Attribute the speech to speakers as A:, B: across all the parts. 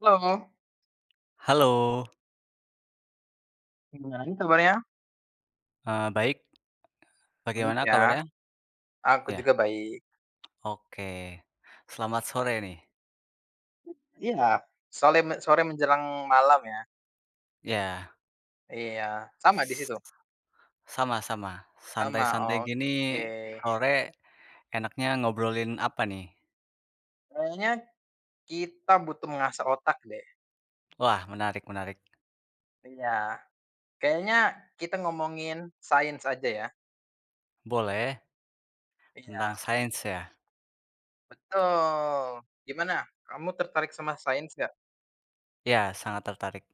A: Halo,
B: Halo,
A: gimana nih kabarnya?
B: baik,
A: Baik
B: bagaimana
A: ya,
B: kabarnya?
A: aku
B: Ya,
A: juga baik.
B: oke. Selamat sore nih.
A: Iya, sore sore menjelang malam ya?
B: Ya,
A: Iya, sama di
B: s
A: situ?
B: sama-sama.
A: Sama,
B: Santai-santai gini
A: oke.
B: sore enaknya ngobrolin apa nih?
A: Kayaknya kita butuh mengasah otak deh.
B: Wah, menarik menarik.
A: Iya, kayaknya kita ngomongin sains aja ya?
B: Boleh, tentang
A: Iya,
B: sains ya?
A: betul. Gimana, kamu tertarik sama sains nggak?
B: Ya, sangat tertarik.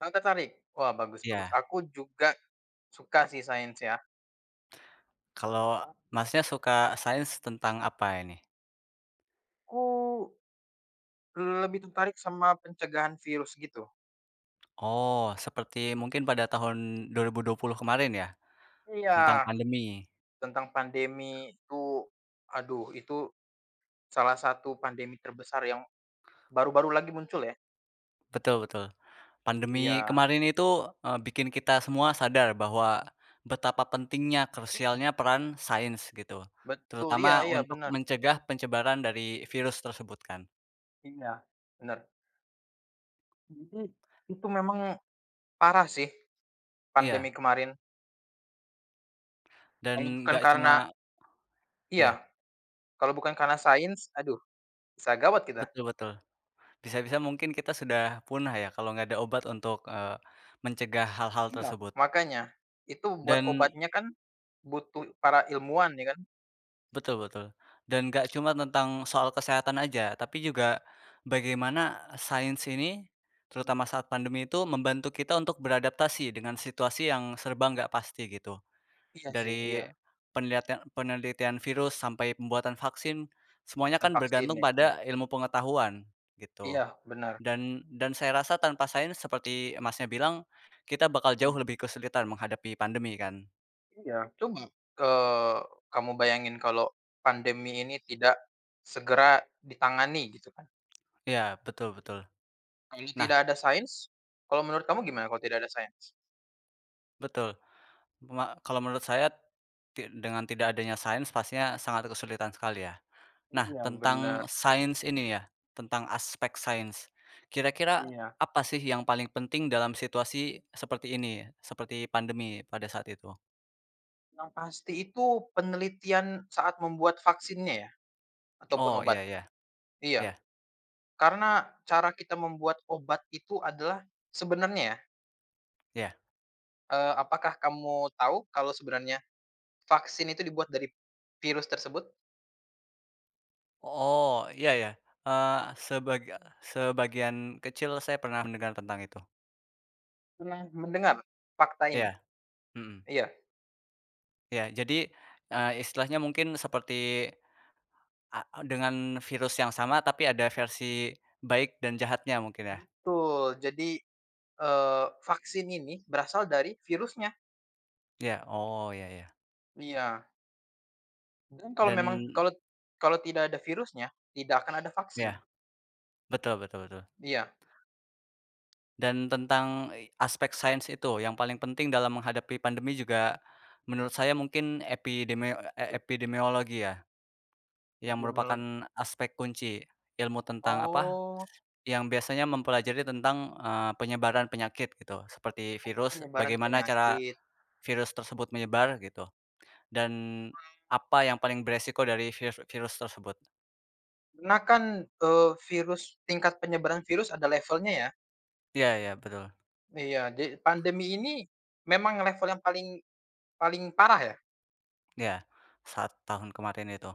A: Kamu tertarik? Wah, bagus bagus.
B: Ya,
A: Aku juga suka sih sains ya.
B: kalau Masnya suka sains tentang apa ini?
A: Aku lebih tertarik sama pencegahan virus gitu.
B: Oh, seperti mungkin pada tahun dua 2020 kemarin ya? Tentang
A: Iya.
B: pandemi.
A: Tentang pandemi itu, aduh itu salah satu pandemi terbesar yang baru-baru lagi muncul ya?
B: Betul betul. Pandemi
A: Iya.
B: kemarin itu, bikin kita semua sadar bahwa betapa pentingnya
A: Mhm.
B: krusialnya peran sains gitu,
A: Betul,
B: terutama
A: iya iya
B: untuk
A: benar,
B: mencegah pencebaran dari virus tersebut kan.
A: iya benar. Jadi itu memang parah sih pandemi
B: Iya,
A: kemarin, kalau
B: dan
A: bukan
B: nggak
A: karena,
B: cuma
A: iya,
B: iya,
A: kalau bukan karena sains, aduh bisa gawat kita.
B: betul betul. Bisa-bisa mungkin kita sudah punah ya kalau nggak ada obat untuk, mencegah hal-hal
A: Iya.
B: tersebut.
A: Makanya, itu buat
B: Dan
A: obatnya kan butuh para ilmuwan ya kan?
B: Betul betul. Dan nggak cuma tentang soal kesehatan aja, tapi juga bagaimana sains ini,
A: Mhm.
B: terutama saat pandemi itu membantu kita untuk beradaptasi dengan situasi yang serba nggak pasti gitu.
A: Iya sih, iya,
B: Dari penelitian penelitian virus sampai pembuatan vaksin, semuanya
A: bukan
B: kan
A: vaksin
B: bergantung
A: ya, iya,
B: pada ilmu pengetahuan gitu.
A: iya, benar.
B: Dan saya rasa tanpa sains seperti Masnya bilang, kita bakal jauh lebih kesulitan menghadapi pandemi kan?
A: Iya, coba, eee, kamu bayangin kalau pandemi ini tidak segera ditangani gitu kan.
B: Iya, betul betul.
A: Kalau
B: Nah,
A: tidak ada sains, kalau menurut kamu gimana kalau tidak ada sains?
B: betul. Kalau menurut saya dengan tidak adanya sains pastinya sangat kesulitan sekali ya. Nah,
A: Iya,
B: tentang
A: benar.
B: sains ini ya, tentang aspek sains. Kira-kira
A: Iya,
B: apa sih yang paling penting dalam situasi seperti ini, seperti pandemi pada saat itu?
A: yang pasti itu penelitian saat membuat vaksinnya ya, ataupun
B: Oh, iya
A: obat?
B: iya,
A: Iya,
B: iya
A: karena cara kita membuat obat itu adalah sebenarnya ya,
B: iya.
A: apakah kamu tahu kalau sebenarnya vaksin itu dibuat dari virus tersebut?
B: Oh, iya ya, eee, sebaga sebagian kecil saya pernah mendengar tentang itu.
A: Pernah mendengar fakta ini?
B: Iya, mhm,
A: Iya,
B: iya. Jadi, istilahnya mungkin seperti dengan virus yang sama tapi ada versi baik dan jahatnya mungkin ya?
A: betul. Jadi, vaksin ini berasal dari virusnya.
B: Iya, oh ya ya.
A: Iya, dan kalau
B: Dan
A: memang kalau kalau tidak ada virusnya, tidak akan ada vaksin.
B: ya, betul betul betul.
A: Iya,
B: Dan tentang, aspek sains itu yang paling penting dalam menghadapi pandemi juga menurut saya mungkin
A: betul.
B: epidemiologi ya, yang
A: Epidemiolog
B: merupakan aspek kunci ilmu tentang apa,
A: oh,
B: yang biasanya mempelajari tentang, penyebaran penyakit gitu, seperti
A: oh,
B: virus,
A: penyebaran
B: bagaimana cara
A: penyakit.
B: virus tersebut menyebar gitu. Dan apa yang paling beresiko dari virus virus tersebut.
A: Karena kan, virus tingkat penyebaran virus ada levelnya ya?
B: Iya iya, betul.
A: Iya, jadi pandemi ini memang level yang paling paling parah ya?
B: Iya, saat tahun kemarin itu.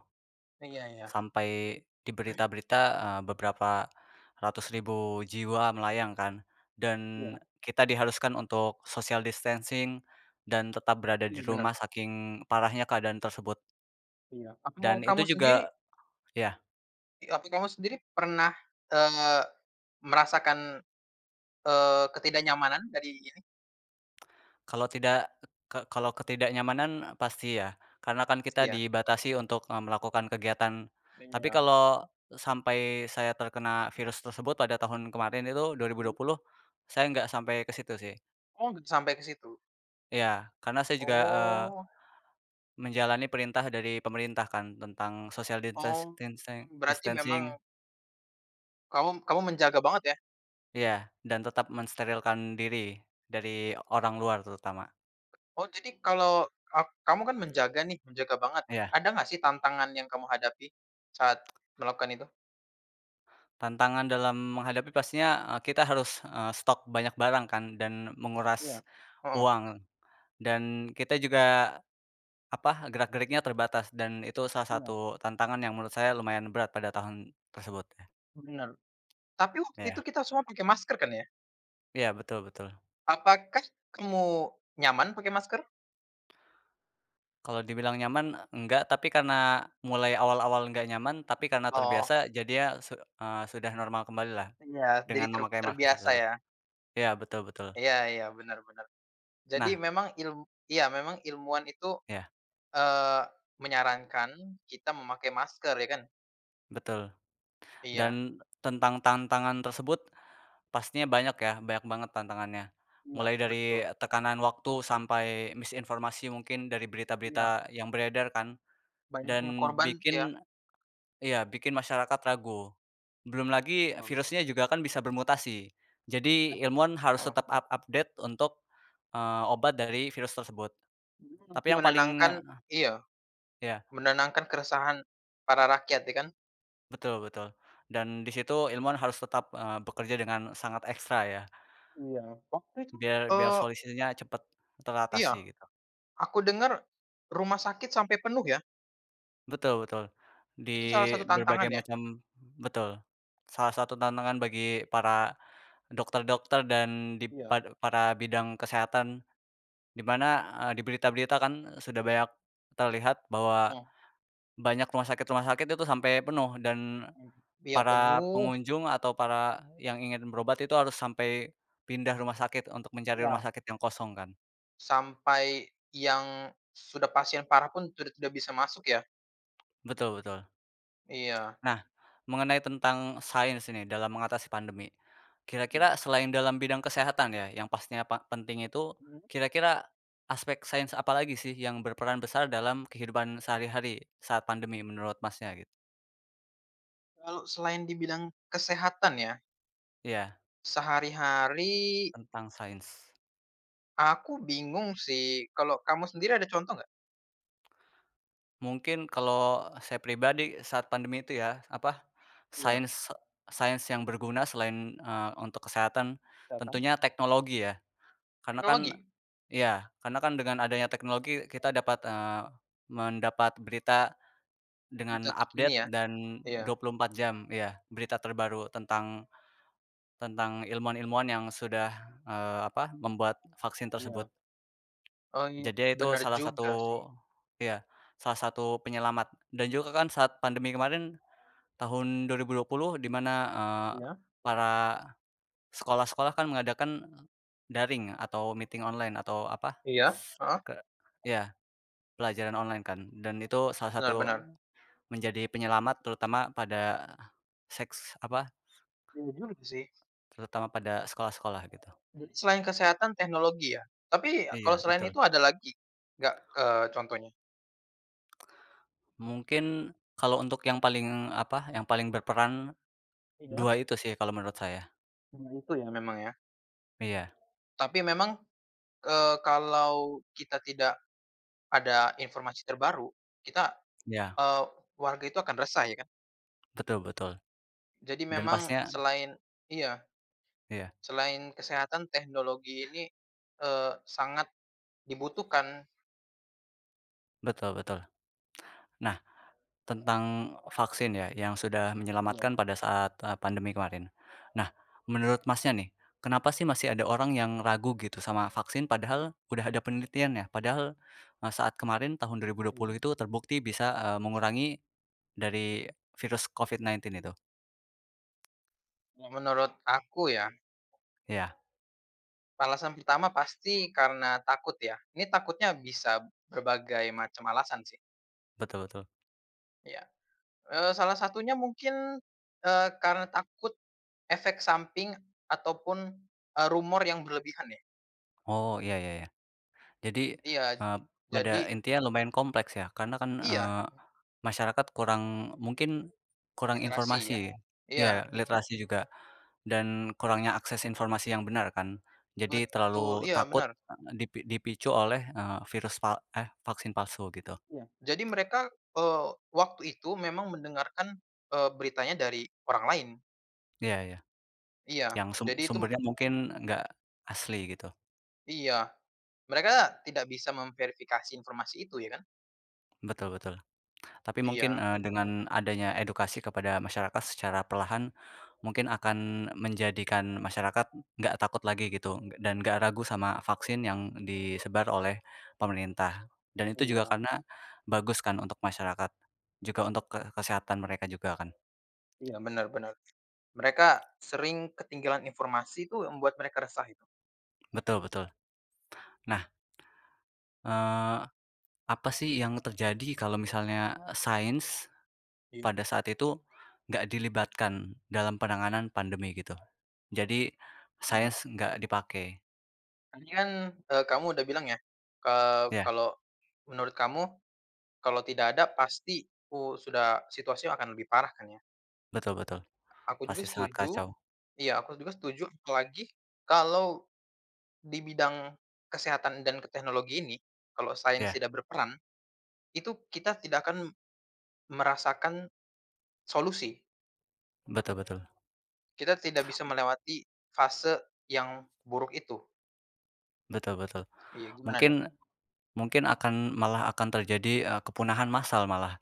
A: Iya iya
B: Sampai di berita-berita, beberapa ratus ribu jiwa melayang kan, dan
A: iya,
B: kita diharuskan untuk social distancing dan tetap berada di
A: iya benar,
B: rumah saking parahnya keadaan tersebut.
A: iya.
B: Dan itu
A: Kamu
B: juga
A: sendiri
B: ya.
A: apa kamu sendiri pernah, eee, merasakan, ketidaknyamanan dari.
B: Kalau tidak ke kalau ketidaknyamanan pasti ya, karena kan kita
A: Iya.
B: dibatasi untuk, melakukan kegiatan. Tapi
A: Iya.
B: kalau sampai saya terkena virus tersebut pada tahun kemarin itu 2020, saya nggak sampai ke situ sih.
A: Oh, nggak sampai ke situ?
B: Ya, karena saya juga,
A: Oh.
B: menjalani perintah dari pemerintah kan tentang social distance
A: Oh,
B: distancing
A: berarti
B: distancing
A: memang kamu kamu menjaga banget ya?
B: ya, dan tetap mensterilkan diri dari orang luar terutama.
A: Oh, jadi kalau kamu kan menjaga nih, menjaga banget.
B: Ya.
A: Ada nggak sih tantangan yang kamu hadapi saat melakukan itu?
B: Tantangan dalam menghadapi pastinya, kita harus, stok banyak barang kan dan
A: Iya.
B: menguras
A: Heeh.
B: uang dan kita juga, apa, gerak-geriknya terbatas dan itu salah
A: Iya.
B: satu tantangan yang menurut saya lumayan berat pada tahun tersebut ya.
A: Bener. Tapi waktu itu
B: Iya.
A: kita semua pakai masker kan ya?
B: Iya, betul betul.
A: Apakah kamu nyaman pakai masker?
B: Kalau dibilang nyaman, enggak, tapi karena mulai awal-awal enggak nyaman, tapi karena terbiasa
A: Oh,
B: jadinya sudah normal kembali lah
A: iya, jadi
B: dengan
A: ter
B: memakai masker
A: terbiasa
B: tersebut.
A: ya?
B: Iya, betul betul.
A: Iya iya, benar-benar. Jadi
B: Nah,
A: memang iya, memang ilmuwan itu,
B: ya,
A: Eee, menyarankan kita memakai masker ya kan?
B: betul.
A: Iya,
B: Dan tentang tantangan tersebut pastinya banyak ya, banyak banget tantangannya.
A: iya.
B: Mulai
A: Betul.
B: dari tekanan waktu sampai misinformasi mungkin dari
A: Iya.
B: berita-berita yang beredar kan,
A: Banyaknya
B: dan
A: korban iya.
B: bikin masyarakat ragu. Belum lagi
A: Betul betul.
B: virusnya juga kan bisa bermutasi.
A: Iya.
B: Jadi ilmuwan harus
A: Heeh.
B: tetap update untuk, obat dari virus tersebut. Tapi
A: Mhm.
B: yang paling
A: Menenangkan, iya,
B: Ya,
A: menenangkan keresahan para rakyat ya kan?
B: betul betul. Dan di situ ilmuwan harus tetap, bekerja dengan sangat ekstra ya,
A: Iya. Waktu itu,
B: biar biar
A: eee,
B: solusinya cepat
A: iya,
B: teratasi gitu.
A: aku dengar rumah sakit sampai penuh ya,
B: Betul betul, di
A: itu salah satu tantangan
B: berbagai
A: ya?
B: macam betul. Salah satu tantangan bagi para dokter-dokter dan di
A: Iya.
B: para bidang kesehatan, di mana, di berita-berita kan sudah banyak terlihat bahwa
A: Mhm.
B: banyak rumah sakit-rumah sakit itu sampai penuh dan
A: Mhm. Iya
B: para
A: penuh,
B: pengunjung atau para yang ingin berobat itu harus sampai pindah rumah sakit untuk mencari rumah
A: iya,
B: sakit yang kosong kan.
A: sampai yang sudah pasien parah pun sudah tidak bisa masuk ya?
B: Betul betul.
A: Iya.
B: Nah, mengenai tentang sains ini dalam mengatasi pandemi.
A: Mhm.
B: Kira-kira selain dalam bidang kesehatan ya, yang pastinya penting itu,
A: Mhm.
B: kira-kira aspek sains apa lagi sih yang berperan besar dalam kehidupan sehari-hari saat pandemi menurut Masnya gitu?
A: Kalau selain di bidang kesehatan ya,
B: Iya,
A: sehari-hari
B: tentang sains.
A: aku bingung sih. Kalau kamu sendiri ada contoh nggak?
B: Mungkin kalau saya pribadi saat pandemi itu ya, apa,
A: Iya,
B: sains sains yang berguna selain, untuk kesehatan,
A: kesehatan.
B: tentunya teknologi ya. Karena kan
A: Teknologi,
B: Iya, karena kan dengan adanya teknologi kita dapat, mendapat berita
A: di
B: dengan
A: saat terkini
B: update
A: ya?
B: dan
A: Iya.
B: 24 jam, ya berita terbaru tentang tentang ilmuwan-ilmuwan yang sudah, apa, membuat vaksin tersebut.
A: Iya. Oh iya,
B: Jadi itu
A: bener juga sih.
B: ya salah satu penyelamat dan juga kan saat pandemi kemarin tahun dua 2020 di mana,
A: Iya.
B: para sekolah-sekolah kan mengadakan daring atau meeting online atau apa,
A: Iya, heeh,
B: ke iya. Pelajaran online kan dan itu salah
A: benar
B: satu
A: benar.
B: menjadi penyelamat terutama pada seks apa,
A: Iya juga. Gitu sih.
B: terutama pada sekolah-sekolah gitu.
A: Jadi selain kesehatan teknologi ya? Tapi
B: Iya
A: kalau selain
B: betul.
A: itu ada lagi nggak, contohnya?
B: Mungkin kalau untuk yang paling apa, yang paling berperan
A: Iya,
B: 2 itu sih kalau menurut saya.
A: cuma itu ya? Memang ya.
B: Iya
A: Tapi memang, kalau kita tidak ada informasi terbaru, kita,
B: iya,
A: Eee, warga itu akan resah ya kan.
B: betul betul
A: Jadi
B: dan
A: memang
B: pastinya
A: selain, iya,
B: iya,
A: selain kesehatan teknologi ini, sangat dibutuhkan.
B: betul betul. Nah, tentang vaksin ya, yang sudah
A: Iya
B: menyelamatkan pada saat, pandemi kemarin. Nah, menurut Masnya nih, kenapa sih masih ada orang yang ragu gitu sama vaksin padahal udah ada penelitiannya? Padahal, saat kemarin tahun dua dua ribu dua
A: iya.
B: puluh itu terbukti bisa, mengurangi dari virus COVID-19 itu.
A: Ya, menurut aku ya,
B: Iya,
A: alasan pertama pasti karena takut ya. Ini takutnya bisa berbagai macam alasan sih,
B: betul betul.
A: ya. Salah satunya mungkin, karena takut efek samping ataupun, rumor yang berlebihan ya.
B: Oh, iya iya iya. Jadi,
A: Iya,
B: eee, pada
A: jadi
B: intinya lumayan kompleks ya, karena kan,
A: iya,
B: masyarakat mungkin kurang
A: literasi
B: informasi
A: ya.
B: ya
A: Iya,
B: literasi juga, dan kurangnya akses informasi yang benar kan. Jadi
A: betul,
B: terlalu
A: iya
B: takut,
A: benar.
B: dipicu oleh, vaksin palsu gitu.
A: Iya. Jadi mereka, waktu itu memang mendengarkan, beritanya dari orang lain.
B: Iya ya,
A: Iya,
B: yang
A: jadi itu
B: sumbernya mungkin nggak asli gitu.
A: iya, mereka tidak bisa memverifikasi informasi itu ya kan?
B: Betul betul. Tapi mungkin,
A: Iya.
B: dengan adanya edukasi kepada masyarakat secara perlahan, mungkin akan menjadikan masyarakat nggak takut lagi gitu, dan nggak ragu sama vaksin yang disebar oleh pemerintah. Dan
A: Iya
B: itu juga
A: iya.
B: karena bagus kan untuk masyarakat, juga untuk kesehatan mereka juga kan.
A: Iya, benar benar. Mereka sering ketinggalan informasi itu yang membuat mereka resah itu.
B: Betul betul. Nah, eee, apa sih yang terjadi kalau misalnya sains
A: Iya.
B: pada saat itu nggak dilibatkan dalam penanganan pandemi gitu? Jadi
A: Iya.
B: sains nggak dipakai.
A: Tadi kan, kamu udah bilang ya,
B: Iya,
A: kalau menurut kamu kalau tidak ada pasti, sudah situasi akan lebih parah kan ya.
B: betul betul.
A: Aku juga
B: Pasti sangat
A: setuju,
B: kacau.
A: iya, aku juga setuju apalagi kalau di bidang kesehatan dan teknologi ini, kalau sains
B: Iya,
A: tidak berperan, itu kita tidak akan merasakan solusi.
B: betul betul.
A: Kita tidak bisa melewati fase yang buruk itu.
B: Betul betul.
A: Iya, gimana nih?
B: Mungkin mungkin malah akan terjadi, kepunahan massal malah.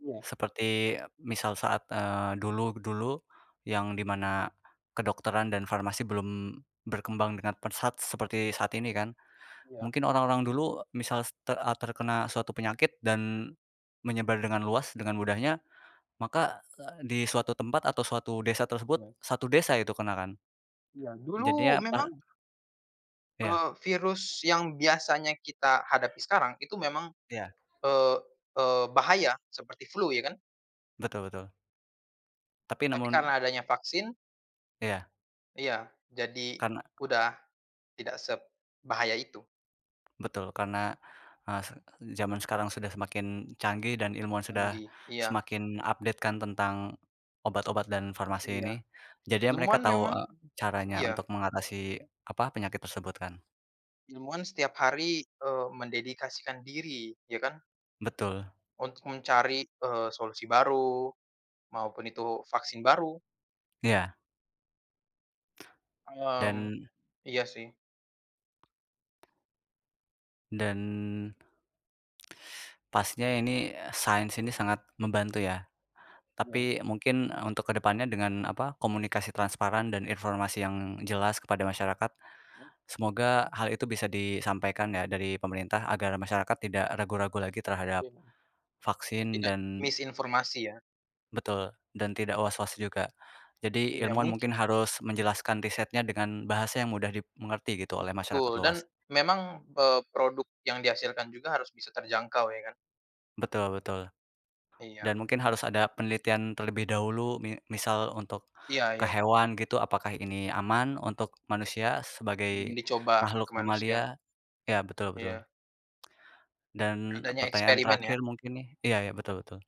A: Iya
B: Seperti misal saat, dulu dulu yang di mana kedokteran dan farmasi belum berkembang dengan pesat seperti saat ini kan.
A: iya
B: Mungkin orang-orang dulu misal terkena suatu penyakit dan menyebar dengan luas dengan mudahnya, maka, di suatu tempat atau suatu desa tersebut,
A: iya
B: satu desa itu kena kan.
A: iya.
B: Jadinya
A: Dulu memang,
B: iya.
A: virus yang biasanya kita hadapi sekarang itu memang,
B: Iya,
A: eee eee, bahaya seperti flu ya kan,
B: betul betul. Tapi
A: tapi
B: namun
A: karena adanya vaksin
B: iya,
A: iya, jadi
B: karena
A: udah tidak sebahaya itu
B: betul, karena, eee, se zaman sekarang sudah semakin canggih dan ilmuwan sudah
A: lagi. Iya
B: semakin update kan tentang obat-obat dan farmasi
A: iya.
B: ini, jadinya mereka
A: Ilmuwan
B: tahu,
A: memang,
B: caranya
A: iya,
B: untuk mengatasi, apa, penyakit tersebut kan.
A: ilmuwan setiap hari, mendedikasikan diri, ya kan,
B: Betul,
A: untuk mencari, solusi baru, maupun itu vaksin baru,
B: iya,
A: mmm,
B: dan
A: iya sih.
B: dan pastinya sains ini sangat membantu ya,
A: Iya,
B: tapi mungkin, untuk ke depannya dengan, apa, komunikasi transparan dan informasi yang jelas kepada masyarakat semoga hal itu bisa disampaikan ya dari pemerintah agar masyarakat tidak ragu-ragu lagi terhadap
A: mungkin.
B: vaksin
A: Tidak
B: dan
A: misinformasi ya,
B: betul, dan tidak was-was juga. Jadi
A: iya
B: ilmuwan
A: mungkin
B: mungkin harus menjelaskan risetnya dengan bahasa yang mudah dimengerti gitu oleh
A: betul
B: masyarakat
A: dan
B: luas.
A: memang, produk yang dihasilkan juga harus bisa terjangkau ya kan?
B: Betul betul.
A: Iya,
B: Dan mungkin harus ada penelitian terlebih dahulu misal untuk
A: iya
B: ke
A: iya,
B: hewan gitu apakah ini aman untuk manusia
A: belum
B: sebagai
A: dicoba ke
B: makhluk
A: manusia,
B: mamalia? Ya betul betul.
A: iya,
B: Dan
A: adanya
B: pertanyaan
A: eksperimen ya.
B: terakhir mungkin nih iya iya, betul betul.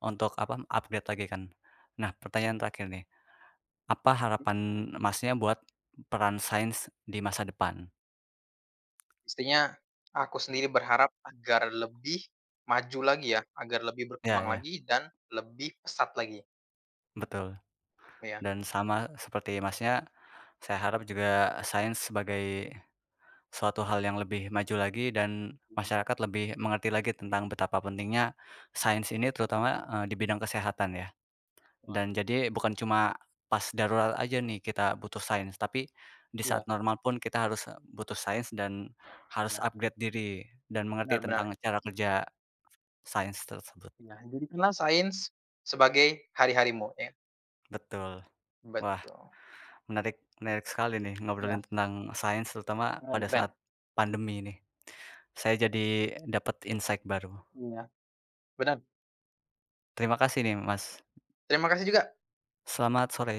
B: Untuk apa, upgrade lagi kan. Nah, pertanyaan
A: Mmm.
B: terakhir nih, apa harapan Masnya buat peran sains di masa depan?
A: Pastinya aku sendiri berharap agar lebih maju lagi ya, agar lebih
B: Iya
A: berkembang
B: iya,
A: lagi dan lebih pesat lagi,
B: betul.
A: gitu ya.
B: Dan sama seperti Masnya, saya harap juga sains sebagai suatu hal yang lebih maju lagi dan
A: Mhm,
B: masyarakat lebih mengerti lagi tentang betapa pentingnya sains ini terutama, di bidang kesehatan ya.
A: wah,
B: Dan jadi bukan cuma pas darurat aja nih kita butuh sains, tapi di
A: iya
B: saat normal pun kita harus, butuh sains dan harus
A: iya.
B: upgrade diri dan
A: Benar
B: mengerti
A: benar,
B: tentang cara kerja sains tersebut.
A: iya. Jadikanlah sains sebagai hari-harimu, ya.
B: Betul. Wah,
A: Betul.
B: menarik menarik sekali nih
A: Iya,
B: ngobrolin tentang sains terutama
A: keren.
B: pada
A: Keren.
B: saat pandemi ini. Saya jadi dapat insight baru.
A: Iya. Benar.
B: Terima kasih nih, Mas.
A: Terima kasih juga.
B: Selamat sore.